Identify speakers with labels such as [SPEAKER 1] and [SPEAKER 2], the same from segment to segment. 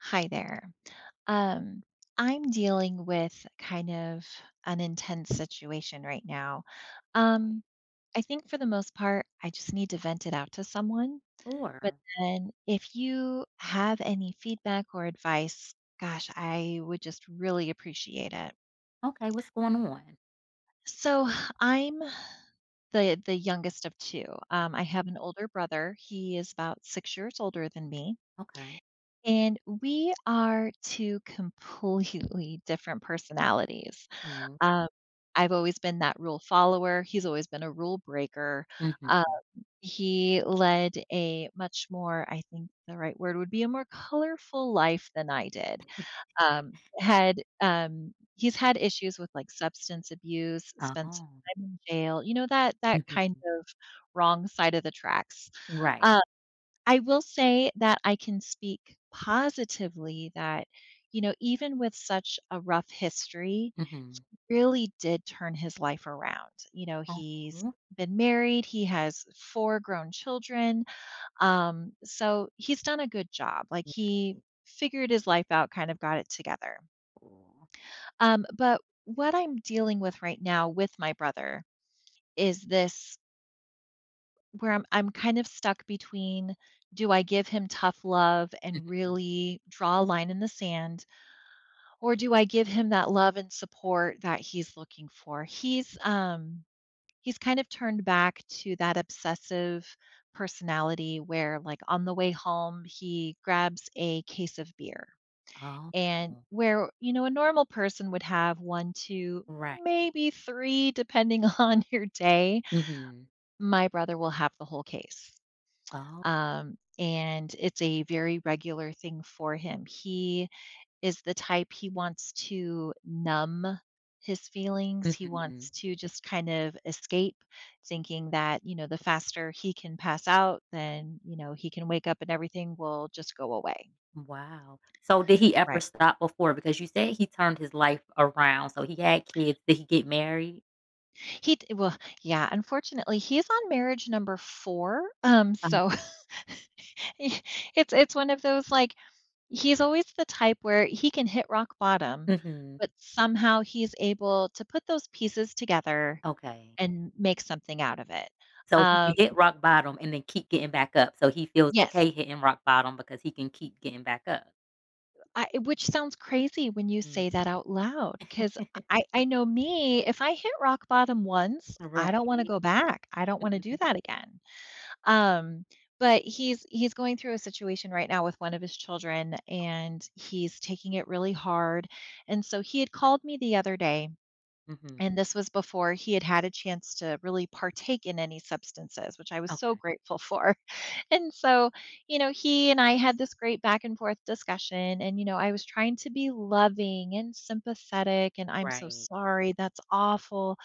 [SPEAKER 1] Hi there. Um, I'm dealing with kind of an intense situation right now. Um, I think for the most part, I just need to vent it out to someone. But
[SPEAKER 2] Sure.
[SPEAKER 1] then if you have any feedback or advice, gosh, I would just really appreciate it.
[SPEAKER 2] Okay, what's going on?
[SPEAKER 1] So I'm the youngest of two. I have an older brother. He is about 6 years older than me.
[SPEAKER 2] Okay.
[SPEAKER 1] And we are two completely different personalities.
[SPEAKER 2] Mhm.
[SPEAKER 1] Um, I've always been that rule follower, he's always been a rule breaker.
[SPEAKER 2] Mhm.
[SPEAKER 1] Uh, he led a much more I think the right word would be a more colorful life than I did. He's had issues with, like, substance abuse, spent some
[SPEAKER 2] Oh.
[SPEAKER 1] time in jail, you know, that kind
[SPEAKER 2] Mhm.
[SPEAKER 1] of wrong side of the tracks.
[SPEAKER 2] Right.
[SPEAKER 1] Uh, I will say that I can speak positively that, you know, even with such a rough history
[SPEAKER 2] Mhm.
[SPEAKER 1] really did turn his life around. You know,
[SPEAKER 2] Oh,
[SPEAKER 1] he's
[SPEAKER 2] nice.
[SPEAKER 1] been married, he has four grown children, so he's done a good job, like, he figured his life out, kind of got it together.
[SPEAKER 2] Cool.
[SPEAKER 1] But what I'm dealing with right now with my brother is this where I'm kind of stuck between, do I give him tough love and
[SPEAKER 2] Mhm.
[SPEAKER 1] really draw a line in the sand, or do I give him that love and support that he's looking for? He's kind of turned back to that obsessive personality where like on the way home he grabs a case of beer
[SPEAKER 2] Oh,
[SPEAKER 1] and where you know a normal person would have one two
[SPEAKER 2] right.
[SPEAKER 1] maybe three depending on your day
[SPEAKER 2] Mhm.
[SPEAKER 1] my brother will have the whole case
[SPEAKER 2] Oh.
[SPEAKER 1] and it's a very regular thing for him he is the type he wants to numb his feelings. He
[SPEAKER 2] Mhm.
[SPEAKER 1] wants to just kind of escape, thinking that, you know, the faster he can pass out, then, you know, he can wake up and everything will just go away.
[SPEAKER 2] Wow. So did he ever
[SPEAKER 1] Right.
[SPEAKER 2] stop before? Because you said he turned his life around. So he had kids. Did he get married?
[SPEAKER 1] Well, yeah, unfortunately, he is on marriage No. 4. So
[SPEAKER 2] Oh,
[SPEAKER 1] he- it's one of those like, he's always the type where he can hit rock bottom,
[SPEAKER 2] mhm.
[SPEAKER 1] but somehow he's able to put those pieces together
[SPEAKER 2] Okay.
[SPEAKER 1] and make something out of it.
[SPEAKER 2] So he can
[SPEAKER 1] Um,
[SPEAKER 2] hit rock bottom and then keep getting back up. So he feels
[SPEAKER 1] yes,
[SPEAKER 2] okay hitting rock bottom because he can keep getting back up.
[SPEAKER 1] I which sounds crazy when you say that out loud, 'cause I know me, if I hit rock bottom once,
[SPEAKER 2] Right.
[SPEAKER 1] I don't wanna go back. I don't wanna do
[SPEAKER 2] Mhm.
[SPEAKER 1] that again. Um, but he's going through a situation right now with one of his children, and he's taking it really hard, and so he had called me the other day,
[SPEAKER 2] Mhm.
[SPEAKER 1] and this was before he had had a chance to really partake in any substances, which I was so
[SPEAKER 2] Okay.
[SPEAKER 1] grateful for. And so, you know, he and I had this great back and forth discussion. And, you know, I was trying to be loving and sympathetic. And I'm so
[SPEAKER 2] Right.
[SPEAKER 1] sorry. That's awful.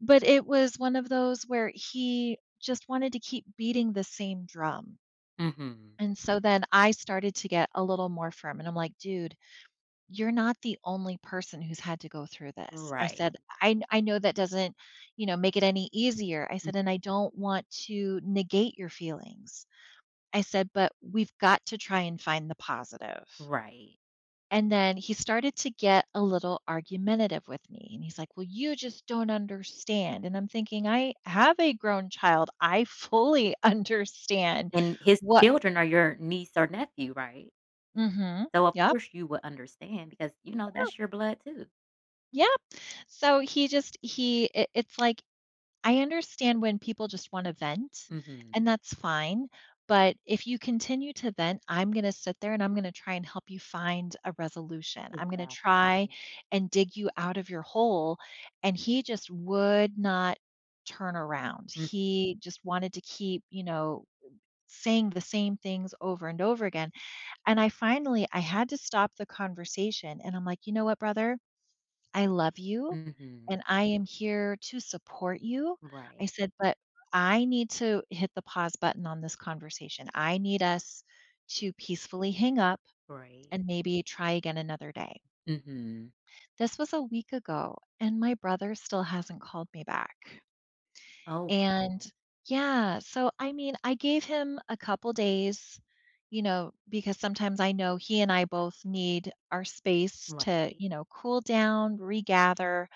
[SPEAKER 1] But it was one of those where he just wanted to keep beating the same drum.
[SPEAKER 2] Mhm.
[SPEAKER 1] And so then I started to get a little more firm. And I'm like, dude, you're not the only person who's had to go through this. I
[SPEAKER 2] Right.
[SPEAKER 1] said, I know that doesn't, you know, make it any easier. I
[SPEAKER 2] Mm,
[SPEAKER 1] said, and I don't want to negate your feelings. I said, but we've got to try and find the positive.
[SPEAKER 2] right.
[SPEAKER 1] And then he started to get a little argumentative with me. And he's like, well, you just don't understand. And I'm thinking, I have a grown child. I fully understand
[SPEAKER 2] And his
[SPEAKER 1] what.
[SPEAKER 2] children are your niece or nephew, right?
[SPEAKER 1] Mm hmm.
[SPEAKER 2] So of
[SPEAKER 1] Yep.
[SPEAKER 2] course you would understand because you know that's your blood too.
[SPEAKER 1] Yep. So he just, he, it, it's like I understand when people just want to vent,
[SPEAKER 2] Mhm.
[SPEAKER 1] and that's fine. But if you continue to vent, I'm going to sit there and I'm going to try and help you find a resolution. I'm going to
[SPEAKER 2] Exactly.
[SPEAKER 1] try and dig you out of your hole. And he just would not turn around.
[SPEAKER 2] Mm,
[SPEAKER 1] He just wanted to keep, you know, saying the same things over and over again. And I had to stop the conversation and I'm like, "You know what, brother? I love you,
[SPEAKER 2] mhm.
[SPEAKER 1] and I am here to support you."
[SPEAKER 2] Right.
[SPEAKER 1] I said, "But I need to hit the pause button on this conversation. I need us to peacefully hang up
[SPEAKER 2] Right.
[SPEAKER 1] and maybe try again another day."
[SPEAKER 2] Mhm.
[SPEAKER 1] This was a week ago, and my brother still hasn't called me back.
[SPEAKER 2] Oh,
[SPEAKER 1] And
[SPEAKER 2] wow.
[SPEAKER 1] yeah, so I mean, I gave him a couple days, you know, because sometimes I know he and I both need our space
[SPEAKER 2] Right.
[SPEAKER 1] to, you know, cool down, regather.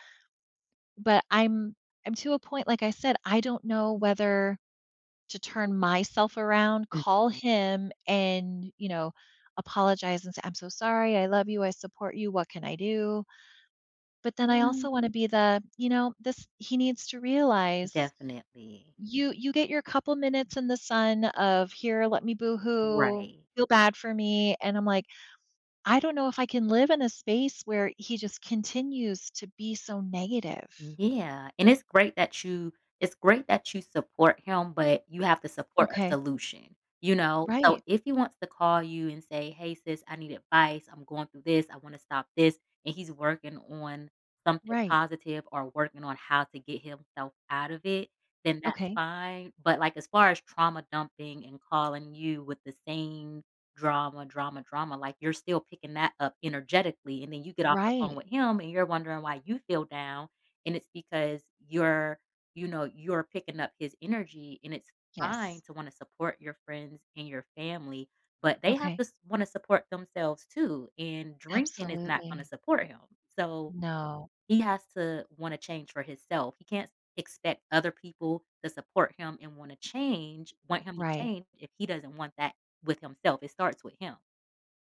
[SPEAKER 1] But I'm to a point, like I said, I don't know whether to turn myself around, call
[SPEAKER 2] Mhm.
[SPEAKER 1] him and, you know, apologize and say, "I'm so sorry. I love you. I support you. What can I do?" But then I
[SPEAKER 2] Mm,
[SPEAKER 1] also wanna be the, you know, this he needs to realize
[SPEAKER 2] definitely.
[SPEAKER 1] you get your couple minutes in the sun of, "Here, let me boohoo.
[SPEAKER 2] Right.
[SPEAKER 1] Feel bad for me." And I'm like, I don't know if I can live in a space where he just continues to be so negative.
[SPEAKER 2] Yeah, and it's great that you support him, but you have to support a
[SPEAKER 1] Okay.
[SPEAKER 2] solution, you know? So,
[SPEAKER 1] Right.
[SPEAKER 2] if he wants to call you and say, "Hey sis, I need advice. I'm going through this. I wanna stop this," and he's working on something
[SPEAKER 1] Right.
[SPEAKER 2] positive or working on how to get himself out of it, then that's
[SPEAKER 1] Okay.
[SPEAKER 2] fine. But, like, as far as trauma dumping and calling you with the same drama, drama, drama, like, you're still picking that up energetically, and then you get off the phone
[SPEAKER 1] Right.
[SPEAKER 2] with him, and you're wondering why you feel down, and it's because you're you know you're picking up his energy. And it's fine
[SPEAKER 1] Yes.
[SPEAKER 2] to want to support your friends and your family, but they have
[SPEAKER 1] Okay.
[SPEAKER 2] to want to support themselves too, and drinking is not going to
[SPEAKER 1] Absolutely.
[SPEAKER 2] support him. So
[SPEAKER 1] No.
[SPEAKER 2] he has to want to change for himself. He can't expect other people to support him and want to change want him to
[SPEAKER 1] Right.
[SPEAKER 2] change if he doesn't want that. With himself, it starts with him.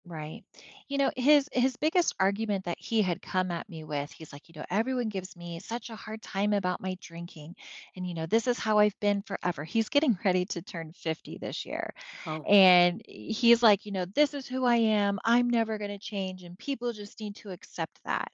[SPEAKER 1] Right. You know, his biggest argument that he had come at me with, he's like, you know, everyone gives me such a hard time about my drinking. And you know, this is how I've been forever. He's getting ready to turn 50 this year.
[SPEAKER 2] Oh.
[SPEAKER 1] And he's like, you know, this is who I am. I'm never going to change and people just need to accept that.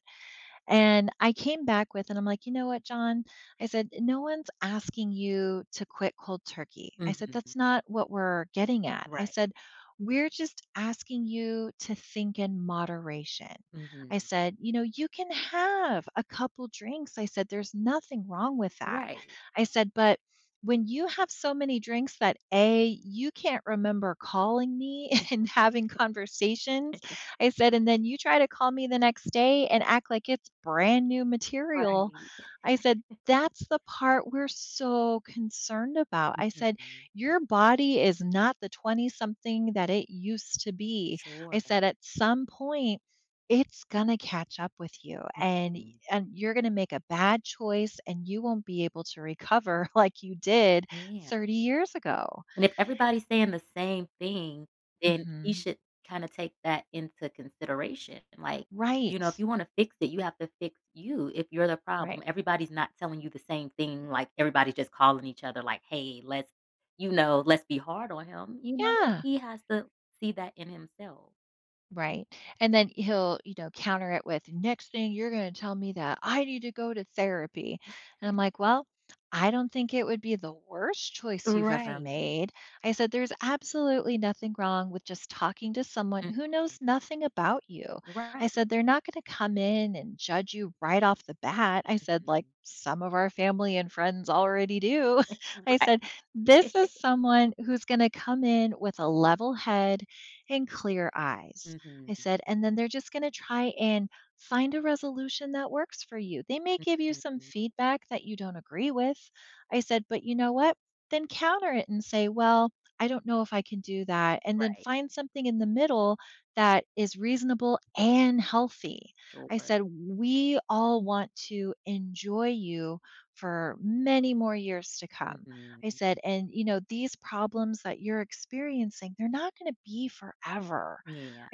[SPEAKER 1] And I came back with, and I'm like, you know what, John? I said, no one's asking you to quit cold turkey. I said,
[SPEAKER 2] Mhm,
[SPEAKER 1] that's not what we're getting at. I
[SPEAKER 2] right.
[SPEAKER 1] said, we're just asking you to think in moderation.
[SPEAKER 2] Mhm,
[SPEAKER 1] I said, you know, you can have a couple drinks. I said, there's nothing wrong with that.
[SPEAKER 2] right.
[SPEAKER 1] I said, but when you have so many drinks that A, you can't remember calling me and having conversations. I said, "And then you try to call me the next day and act like it's brand new material."
[SPEAKER 2] Right.
[SPEAKER 1] I said, "That's the part we're so concerned about." I said,
[SPEAKER 2] Mhm,
[SPEAKER 1] "Your body is not the 20 something that it used to be."
[SPEAKER 2] sure.
[SPEAKER 1] I said, "At some point, it's going to catch up with you and
[SPEAKER 2] Mhm.
[SPEAKER 1] you're going to make a bad choice and you won't be able to recover like you did
[SPEAKER 2] Yeah,
[SPEAKER 1] 30 years ago."
[SPEAKER 2] and if everybody's saying the same thing, then he
[SPEAKER 1] Hmm.
[SPEAKER 2] should kinda take that into consideration, like, you know, if
[SPEAKER 1] Right.
[SPEAKER 2] you wanna fix it, you have to fix you if you're the problem.
[SPEAKER 1] Right.
[SPEAKER 2] Everybody's not telling you the same thing, like, everybody's just calling each other like, "Hey, let's," you know, "let's be hard on him," you know,
[SPEAKER 1] Yeah.
[SPEAKER 2] he has to see that in himself.
[SPEAKER 1] Right. And then he'll, you know, counter it with, next thing you're going to tell me that I need to go to therapy. And I'm like, well, I don't think it would be the worst choice you've ever
[SPEAKER 2] Right.
[SPEAKER 1] made. I said, there's absolutely nothing wrong with just talking to someone
[SPEAKER 2] Mhm.
[SPEAKER 1] who knows nothing about you. I
[SPEAKER 2] Right.
[SPEAKER 1] said, they're not going to come in and judge you right off the bat. I said, like
[SPEAKER 2] Mhm.
[SPEAKER 1] some of our family and friends already do. I said,
[SPEAKER 2] Right.
[SPEAKER 1] this is someone who's going to come in with a level head and clear eyes.
[SPEAKER 2] Mhm.
[SPEAKER 1] I said, and then they're just going to try and find a resolution that works for you. They may give you some
[SPEAKER 2] Mhm.
[SPEAKER 1] feedback that you don't agree with. I said, but you know what? Then counter it and say, well, I don't know if I can do that. And then
[SPEAKER 2] Right.
[SPEAKER 1] find something in the middle that is reasonable and healthy. I
[SPEAKER 2] Sure.
[SPEAKER 1] said, we all want to enjoy you for many more years to come.
[SPEAKER 2] Mhm.
[SPEAKER 1] I said, and you know, these problems that you're experiencing, they're not going to be forever.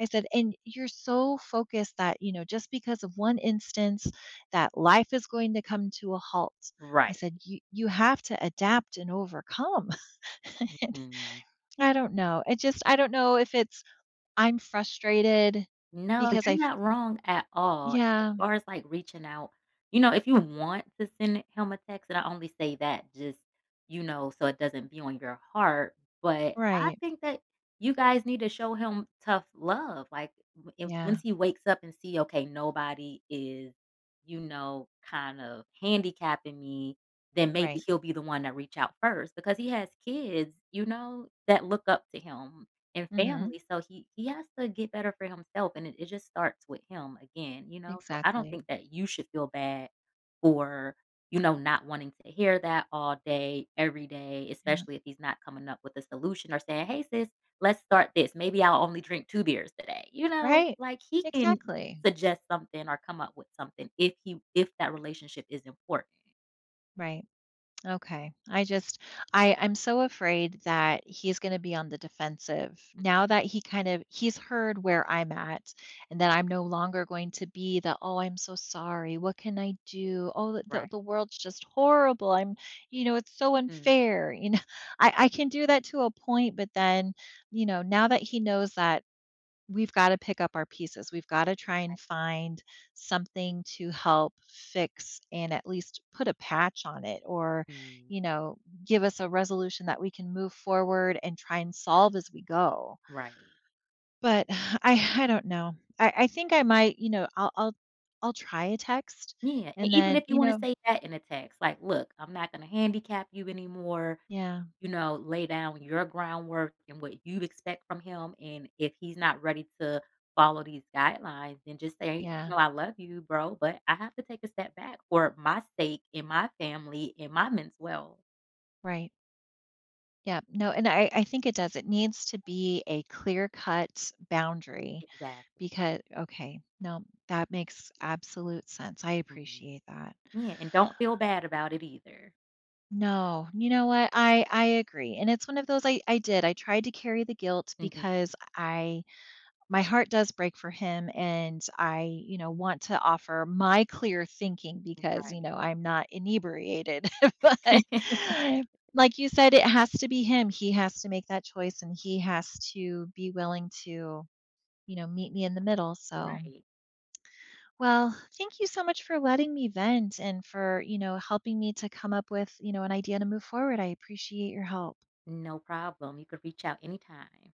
[SPEAKER 1] I said, and you're so focused that, you know, just because of one instance that life is going to come to a halt. I
[SPEAKER 2] Right.
[SPEAKER 1] said, you have to adapt and overcome. And
[SPEAKER 2] Mm.
[SPEAKER 1] I don't know. I don't know if it's, I'm frustrated
[SPEAKER 2] No,
[SPEAKER 1] because
[SPEAKER 2] you're not wrong at all. As
[SPEAKER 1] yeah,
[SPEAKER 2] far as, like, reaching out, you know, if you want to send him a text, and I only say that just, you know, so it doesn't be on your heart, but I
[SPEAKER 1] right.
[SPEAKER 2] think that you guys need to show him tough love, like, w if
[SPEAKER 1] Yeah,
[SPEAKER 2] once he wakes up and see, "Okay, nobody is, you know, kind of handicapping me," then maybe
[SPEAKER 1] right.
[SPEAKER 2] he'll be the one that reach out first because he has kids, you know, that look up to him. And
[SPEAKER 1] Mm-hmm.
[SPEAKER 2] family, so he has to get better for himself, and it just starts with him again, you know? So, I don't
[SPEAKER 1] Exactly.
[SPEAKER 2] think that you should feel bad for, you know, not wanting to hear that all day, every day,
[SPEAKER 1] Yeah.
[SPEAKER 2] especially if he's not coming up with a solution or saying, "Hey, sis, let's start this. Maybe I'll only drink two beers today," you know?
[SPEAKER 1] Right.
[SPEAKER 2] Like, he can
[SPEAKER 1] Exactly.
[SPEAKER 2] suggest something or come up with something if he if that relationship is important.
[SPEAKER 1] Right. Okay. I'm so afraid that he's going to be on the defensive. Now that he kind of he's heard where I'm at and that I'm no longer going to be the, oh I'm so sorry. What can I do? Oh the
[SPEAKER 2] Right.
[SPEAKER 1] the world's just horrible. I'm, you know, it's so unfair. You know, I can do that to a point, but then, you know, now that he knows that we've gotta pick up our pieces. We've gotta try and find something to help fix and at least put a patch on it or,
[SPEAKER 2] Mhm.
[SPEAKER 1] you know, give us a resolution that we can move forward and try and solve as we go.
[SPEAKER 2] Right.
[SPEAKER 1] But I don't know. I think I might, you know, I'll try a text
[SPEAKER 2] Yeah, and
[SPEAKER 1] and
[SPEAKER 2] even
[SPEAKER 1] then,
[SPEAKER 2] if you
[SPEAKER 1] you
[SPEAKER 2] wanna
[SPEAKER 1] know,
[SPEAKER 2] say that in a text, like, "Look, I'm not gonna handicap you anymore,
[SPEAKER 1] yeah,
[SPEAKER 2] you know, lay down your groundwork and what you expect from him, and if he's not ready to follow these guidelines, then just say, 'You
[SPEAKER 1] yeah,
[SPEAKER 2] know, I love you, bro, but I have to take a step back for my sake and my family and my men's well.'"
[SPEAKER 1] right. Yeah, no, and I think it does. It needs to be a clear-cut boundary.
[SPEAKER 2] Exactly,
[SPEAKER 1] Because okay, no, that makes absolute sense. I
[SPEAKER 2] mhm.
[SPEAKER 1] appreciate that.
[SPEAKER 2] Yeah, and don't feel bad about it either.
[SPEAKER 1] No, you know what? I agree. And it's one of those I did. I tried to carry the guilt
[SPEAKER 2] Mhm,
[SPEAKER 1] because I, my heart does break for him and I, you know, want to offer my clear thinking because, you
[SPEAKER 2] right.
[SPEAKER 1] know, I'm not inebriated. But like you said, it has to be him. He has to make that choice and he has to be willing to, you know, meet me in the middle. So,
[SPEAKER 2] Right.
[SPEAKER 1] well, thank you so much for letting me vent and for, you know, helping me to come up with, you know, an idea to move forward. I appreciate your help.
[SPEAKER 2] No problem, you could reach out anytime.